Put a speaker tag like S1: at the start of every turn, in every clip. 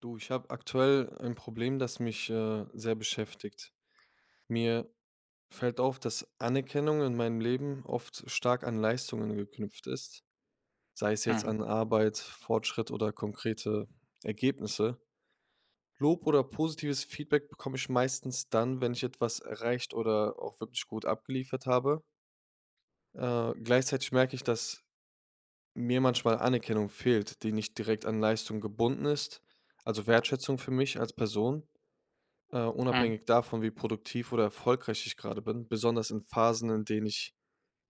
S1: Du, ich habe aktuell ein Problem, das mich sehr beschäftigt. Mir fällt auf, dass Anerkennung in meinem Leben oft stark an Leistungen geknüpft ist, sei es jetzt
S2: Mhm,
S1: an Arbeit, Fortschritt oder konkrete Ergebnisse. Lob oder positives Feedback bekomme ich meistens dann, wenn ich etwas erreicht oder auch wirklich gut abgeliefert habe. Gleichzeitig merke ich, dass mir manchmal Anerkennung fehlt, die nicht direkt an Leistung gebunden ist, also Wertschätzung für mich als Person. äh,
S2: mhm,
S1: unabhängig davon, wie produktiv oder erfolgreich ich gerade bin, besonders in Phasen, in denen ich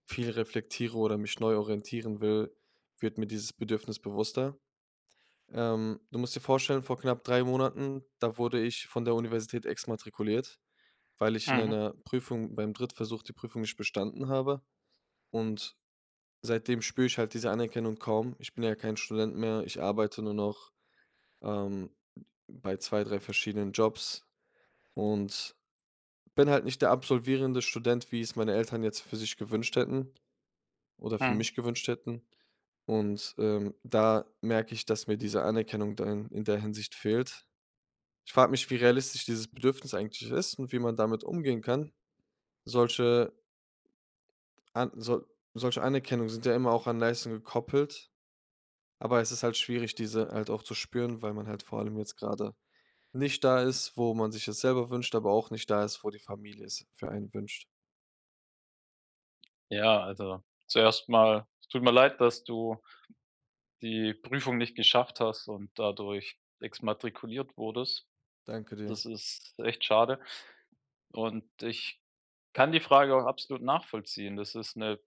S1: viel reflektiere oder mich neu orientieren will, wird mir dieses Bedürfnis bewusster. Du musst dir vorstellen, vor knapp 3 Monaten, da wurde ich von der Universität exmatrikuliert, weil ich in
S2: mhm,
S1: einer Prüfung beim Drittversuch die Prüfung nicht bestanden habe. Und seitdem spüre ich halt diese Anerkennung kaum. Ich bin ja kein Student mehr, ich arbeite nur noch ähm, bei zwei, drei verschiedenen Jobs und bin halt nicht der absolvierende Student, wie es meine Eltern jetzt für sich gewünscht hätten oder für
S2: mhm.
S1: mich gewünscht hätten. Und da merke ich, dass mir diese Anerkennung dann in der Hinsicht fehlt. Ich frage mich, wie realistisch dieses Bedürfnis eigentlich ist und wie man damit umgehen kann. Solche an sol solche Anerkennungen sind ja immer auch an Leistung gekoppelt, aber es ist halt schwierig, diese halt auch zu spüren, weil man halt vor allem jetzt gerade nicht da ist, wo man sich es selber wünscht, aber auch nicht da ist, wo die Familie es für einen wünscht.
S2: Ja, also, zuerst mal, es tut mir leid, dass du die Prüfung nicht geschafft hast und dadurch exmatrikuliert wurdest.
S1: Danke dir.
S2: Das ist echt schade und ich kann die Frage auch absolut nachvollziehen. Das ist eine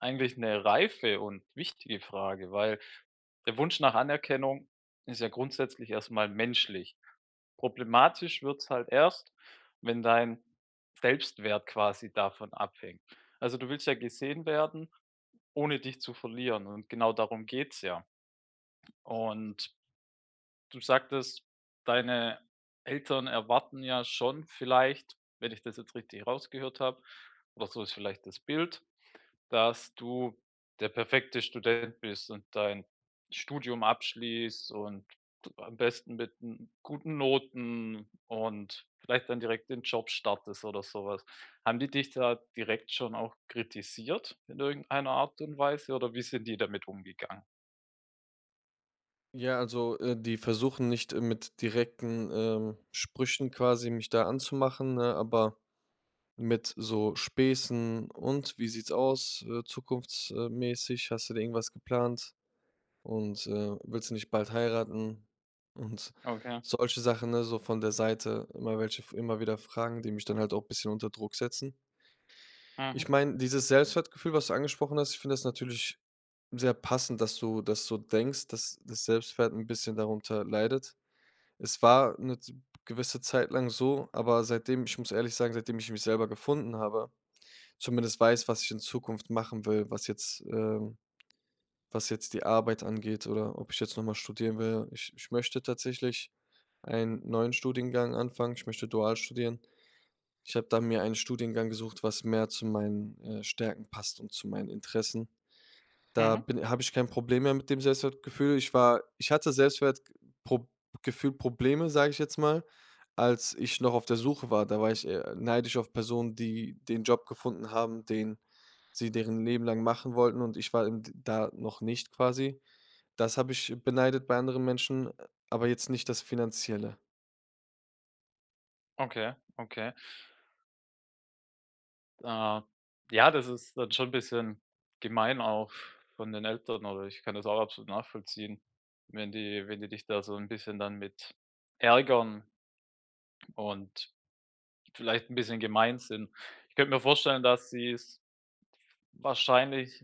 S2: Eigentlich eine reife und wichtige Frage, weil der Wunsch nach Anerkennung ist ja grundsätzlich erstmal menschlich. Problematisch wird's halt erst, wenn dein Selbstwert quasi davon abhängt. Also, du willst ja gesehen werden, ohne dich zu verlieren, und genau darum geht's ja. Und du sagtest, deine Eltern erwarten ja schon vielleicht, wenn ich das jetzt richtig rausgehört habe, oder so ist vielleicht das Bild, dass du der perfekte Student bist und dein Studium abschließt und am besten mit 'n guten Noten und vielleicht dann direkt den Job startest oder sowas. Haben die dich da direkt schon auch kritisiert in irgendeiner Art und Weise oder wie sind die damit umgegangen?
S1: Ja, also, die versuchen nicht, mit direkten, Sprüchen quasi mich da anzumachen, ne, aber mit so Späßen und: „Wie sieht's aus, zukunfts Hast du dir irgendwas geplant? Und, willst du nicht bald heiraten?" Und
S2: Okay.
S1: solche Sachen, ne, so von der Seite immer welche immer wieder Fragen, die mich dann halt auch ein bisschen unter Druck setzen.
S2: Mhm.
S1: Ich meine, dieses Selbstwertgefühl, was du angesprochen hast, ich finde das natürlich sehr passend, dass du das so denkst, dass das Selbstwert ein bisschen darunter leidet. Es war eine z gewisse Zeit lang so, aber seitdem ich muss ehrlich sagen, seitdem ich mich selber gefunden habe, zumindest weiß, was ich in Zukunft machen will, was jetzt die Arbeit angeht oder ob ich jetzt nochmal studieren will. Ich möchte tatsächlich einen neuen Studiengang anfangen. Ich möchte dual studieren. Ich habe da mir einen Studiengang gesucht, was mehr zu meinen, Stärken passt und zu meinen Interessen. Da
S2: Mhm.
S1: bin habe ich kein Problem mehr mit dem Selbstwertgefühl. Ich hatte Selbstwertgefühl Probleme, sage ich jetzt mal, als ich noch auf der Suche war. Da war ich, neidisch auf Personen, die den Job gefunden haben, den sie deren Leben lang machen wollten und ich war eben d da noch nicht quasi. Das habe ich beneidet bei anderen Menschen, aber jetzt nicht das Finanzielle.
S2: Okay, okay. Äh, ja, das ist dann schon 'n bisschen gemein auch von den Eltern, oder ich kann das auch absolut nachvollziehen, wenn die dich da so ein bisschen dann mit ärgern und vielleicht ein bisschen gemein sind. Ich könnte mir vorstellen, dass sie es wahrscheinlich,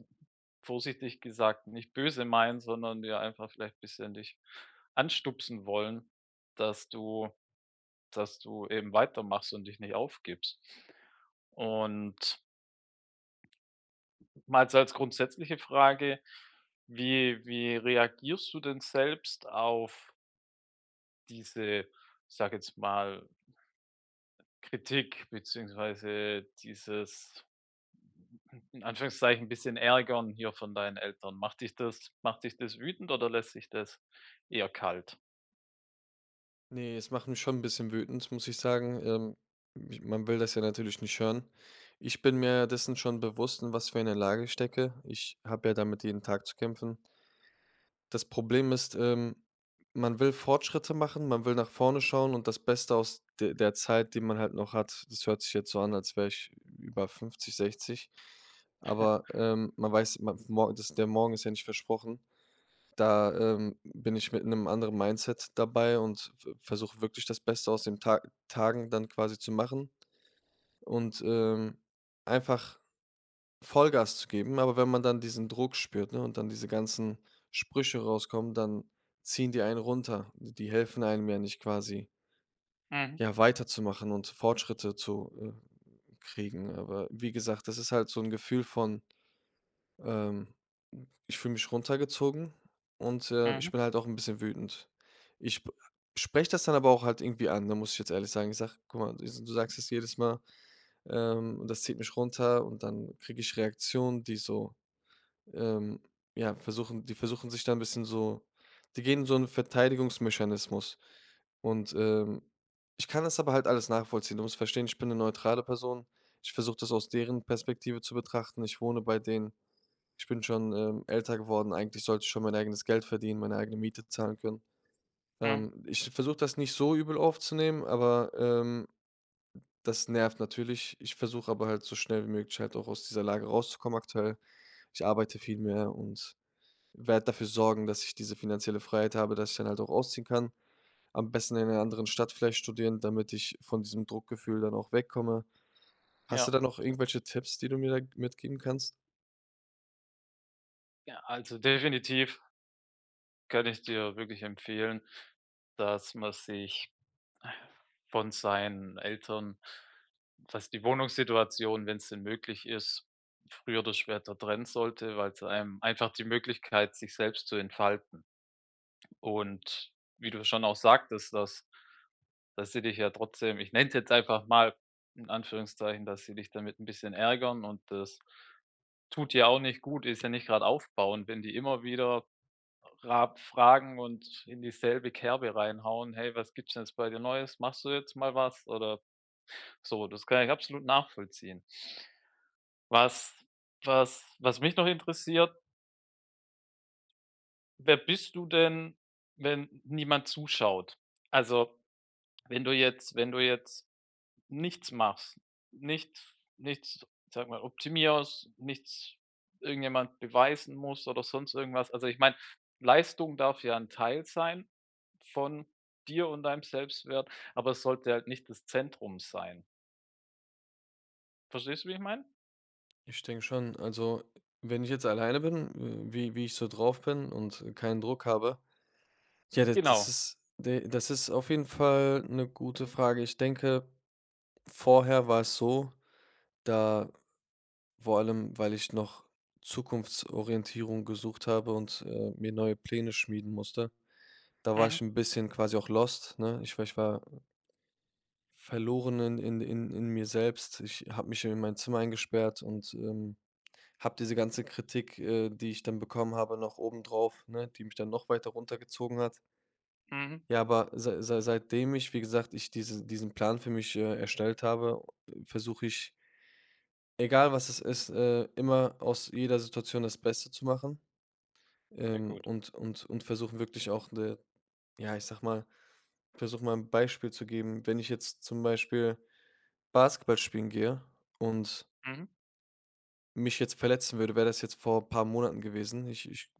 S2: vorsichtig gesagt, nicht böse meinen, sondern ja einfach vielleicht ein bisschen dich anstupsen wollen, dass du eben weitermachst und dich nicht aufgibst. Und mal so als grundsätzliche Frage, wie reagierst du denn selbst auf diese, ich sage jetzt mal, Kritik beziehungsweise dieses in Anführungszeichen bisschen Ärgern hier von deinen Eltern? Macht dich das wütend oder lässt sich das eher kalt?
S1: Ne, es macht mich schon ein bisschen wütend, muss ich sagen. Ich man will das ja natürlich nicht hören. Ich bin mir dessen schon bewusst, in was für einer Lage ich stecke. Ich habe ja damit jeden Tag zu kämpfen. Das Problem ist, man will Fortschritte machen, man will nach vorne schauen und das Beste aus de der Zeit, die man halt noch hat. Das hört sich jetzt so an, als wäre ich über 50, 60. Aber, man weiß, man mor das der Morgen ist ja nicht versprochen. Da, bin ich mit einem anderen Mindset dabei und versuche wirklich das Beste aus den Ta Tagen dann quasi zu machen und, einfach Vollgas zu geben. Aber wenn man dann diesen Druck spürt, ne, und dann diese ganzen Sprüche rauskommen, dann ziehen die einen runter. Die helfen einem ja nicht quasi,
S2: Mhm,
S1: ja, weiterzumachen und Fortschritte zu, kriegen. Aber wie gesagt, das ist halt so ein Gefühl von, ähm Ich fühle mich runtergezogen und, ich
S2: mhm,
S1: bin halt auch ein bisschen wütend. Ich spreche das dann aber auch halt irgendwie an. Da muss ich jetzt ehrlich sagen. Ich sage: „Guck mal, du sagst es jedes Mal, und das zieht mich runter" und dann kriege ich Reaktionen, die so ähm, ja, versuchen die versuchen sich da ein bisschen so die gehen in so einen Verteidigungsmechanismus. Und, ich kann das aber halt alles nachvollziehen. Du musst verstehen, ich bin eine neutrale Person. Ich versuche das aus deren Perspektive zu betrachten. Ich wohne bei denen. Ich bin schon, älter geworden. Eigentlich sollte ich schon mein eigenes Geld verdienen, meine eigene Miete zahlen können.
S2: mhm.
S1: Ich versuche das nicht so übel aufzunehmen, aber, das nervt natürlich. Ich versuche aber halt so schnell wie möglich halt auch aus dieser Lage rauszukommen aktuell. Ich arbeite viel mehr und werde dafür sorgen, dass ich diese finanzielle Freiheit habe, dass ich dann halt auch ausziehen kann. Am besten in einer anderen Stadt vielleicht studieren, damit ich von diesem Druckgefühl dann auch wegkomme. Hast du
S2: Ja,
S1: da noch irgendwelche Tipps, die du mir da mitgeben kannst?
S2: ja, also definitiv kann ich dir wirklich empfehlen, dass man sich von seinen Eltern, was die Wohnungssituation, wenn es denn möglich ist, früher oder später trennen sollte, weil es einem einfach die Möglichkeit, sich selbst zu entfalten, und wie du schon auch sagtest, dass sie dich ja trotzdem, ich nenne es jetzt einfach mal in Anführungszeichen, dass sie dich damit ein bisschen ärgern, und das tut ja auch nicht gut, ist ja nicht gerade aufbauend, wenn die immer wieder ra fragen und in dieselbe Kerbe reinhauen: „Hey, was gibt's denn jetzt bei dir Neues? Machst du jetzt mal was?“ Oder so. Das kann ich absolut nachvollziehen. Was was mich noch interessiert: Wer bist du denn, wenn niemand zuschaut? Also, wenn du jetzt nichts machst, nichts, sag mal, optimierst, nichts irgendjemand beweisen muss oder sonst irgendwas. Also, ich meine, Leistung darf ja ein Teil sein von dir und deinem Selbstwert, aber es sollte halt nicht das Zentrum sein. Verstehst du, wie ich meine?
S1: Ich denke schon, also wenn ich jetzt alleine bin, wie ich so drauf bin und keinen Druck habe, ja, das
S2: Genau.
S1: ist, das ist auf jeden Fall eine gute Frage. Ich denke, vorher war es so, da Vor allem, weil ich noch Zukunftsorientierung gesucht habe und, mir neue Pläne schmieden musste. Da war
S2: Mhm,
S1: ich ein bisschen quasi auch lost, ne? Ich war verloren in mir selbst. Ich habe mich in mein Zimmer eingesperrt und, habe diese ganze Kritik, die ich dann bekommen habe, noch obendrauf, ne, die mich dann noch weiter runtergezogen hat.
S2: mhm.
S1: Ja, aber seitdem ich, wie gesagt, ich diesen Plan für mich, erstellt habe, versuche ich, egal was es ist, immer aus jeder Situation das Beste zu machen.
S2: Sehr
S1: Ähm,
S2: gut.
S1: und und und versuchen wirklich auch 'ne ja, ich sag mal versuche mal ein Beispiel zu geben. Wenn ich jetzt zum Beispiel Basketball spielen gehe und
S2: Mhm,
S1: mich jetzt verletzen würde, wäre das jetzt vor ein paar Monaten gewesen. Ich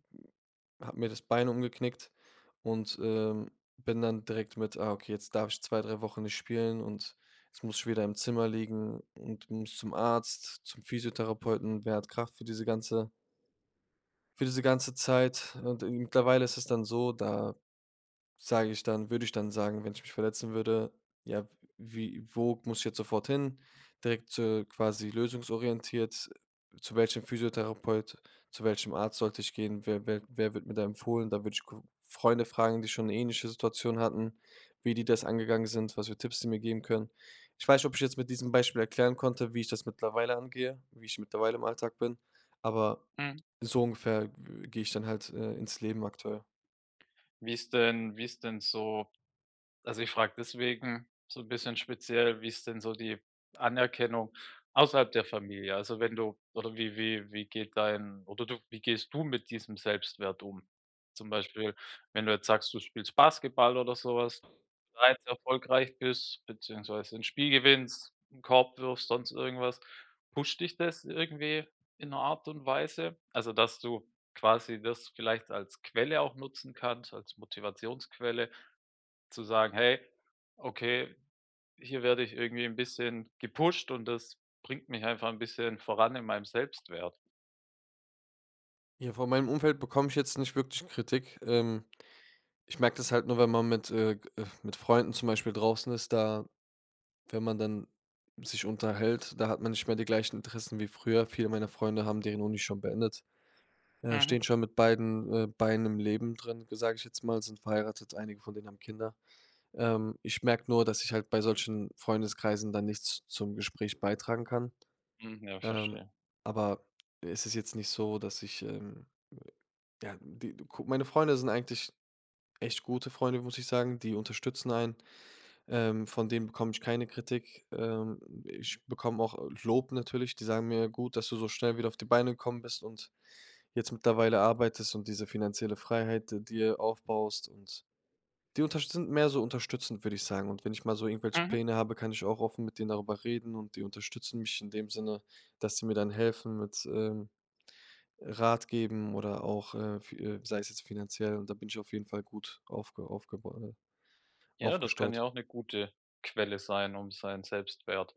S1: habe mir das Bein umgeknickt und, bin dann direkt mit: „Ah, okay, jetzt darf ich 2 3 Wochen nicht spielen und jetzt muss ich wieder im Zimmer liegen und muss zum Arzt, zum Physiotherapeuten. Wer hat Kraft für diese ganze Zeit?" Und, mittlerweile ist es dann so, da Sage ich dann würde ich dann sagen, wenn ich mich verletzen würde: „Ja, wie wo muss ich jetzt sofort hin?" Direkt zu quasi lösungsorientiert, zu welchem Physiotherapeut, zu welchem Arzt sollte ich gehen, wer wird mir da empfohlen? Da würde ich gu Freunde fragen, die schon 'ne ähnliche Situation hatten, wie die das angegangen sind, was für Tipps die mir geben können. Ich weiß nicht, ob ich jetzt mit diesem Beispiel erklären konnte, wie ich das mittlerweile angehe, wie ich mittlerweile im Alltag bin, aber
S2: mhm.
S1: so ungefähr w gehe ich dann halt, ins Leben aktuell.
S2: Wie ist denn so Also, ich frage deswegen so ein bisschen speziell, wie ist denn so die Anerkennung außerhalb der Familie? Also, wenn du oder wie wie wie geht dein oder du wie gehst du mit diesem Selbstwert um? Zum Beispiel, wenn du jetzt sagst, du spielst Basketball oder sowas, bereits erfolgreich bist, beziehungsweise ein Spiel gewinnst, 'n Korb wirfst, sonst irgendwas. Pusht dich das irgendwie in einer Art und Weise? Also, dass du quasi das vielleicht als Quelle auch nutzen kannst, als Motivationsquelle? Zu sagen: „Hey, okay, hier werde ich irgendwie ein bisschen gepusht und das bringt mich einfach ein bisschen voran in meinem Selbstwert.“
S1: Ja, von meinem Umfeld bekomme ich jetzt nicht wirklich Kritik. Ich merke das halt nur, wenn man mit, mit Freunden zum Beispiel draußen ist, da, wenn man dann sich unterhält, da hat man nicht mehr die gleichen Interessen wie früher. Viele meiner Freunde haben deren Uni schon beendet,
S2: Mhm.
S1: stehen schon mit beiden Beinen im Leben drin, sage ich jetzt mal, sind verheiratet, einige von denen haben Kinder. Ich merke nur, dass ich halt bei solchen Freundeskreisen dann nichts zum Gespräch beitragen kann.
S2: Mhm, ja,
S1: Ähm,
S2: verstehe.
S1: aber es ist jetzt nicht so, dass ich, ja, meine Freunde sind eigentlich echt gute Freunde, muss ich sagen, die unterstützen einen. Von denen bekomme ich keine Kritik. Ich bekomme auch Lob natürlich. Die sagen mir, gut, dass du so schnell wieder auf die Beine gekommen bist und jetzt mittlerweile arbeitest und diese finanzielle Freiheit dir aufbaust. Und die unterst sind mehr so unterstützend, würde ich sagen. Und wenn ich mal so irgendwelche
S2: Mhm.
S1: Pläne habe, kann ich auch offen mit denen darüber reden und die unterstützen mich in dem Sinne, dass sie mir dann helfen mit Rat geben oder auch, sei es jetzt finanziell. Und da bin ich auf jeden Fall gut aufgebaut.
S2: Ja, das kann ja
S1: Aufgestaut.
S2: auch eine gute Quelle sein, um seinen Selbstwert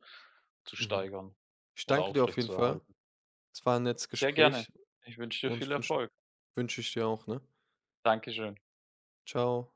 S2: zu
S1: Mhm.
S2: steigern
S1: Ich
S2: oder
S1: danke dir auf jeden Fall.
S2: aufrechtzuerhalten.
S1: Es war ein nettes
S2: Sehr gerne.
S1: Gespräch
S2: Ich wünsche dir
S1: und
S2: viel
S1: ich wünschen
S2: Erfolg.
S1: wünsche wünsch wünsch ich dir auch, ne?
S2: Dankeschön.
S1: Ciao.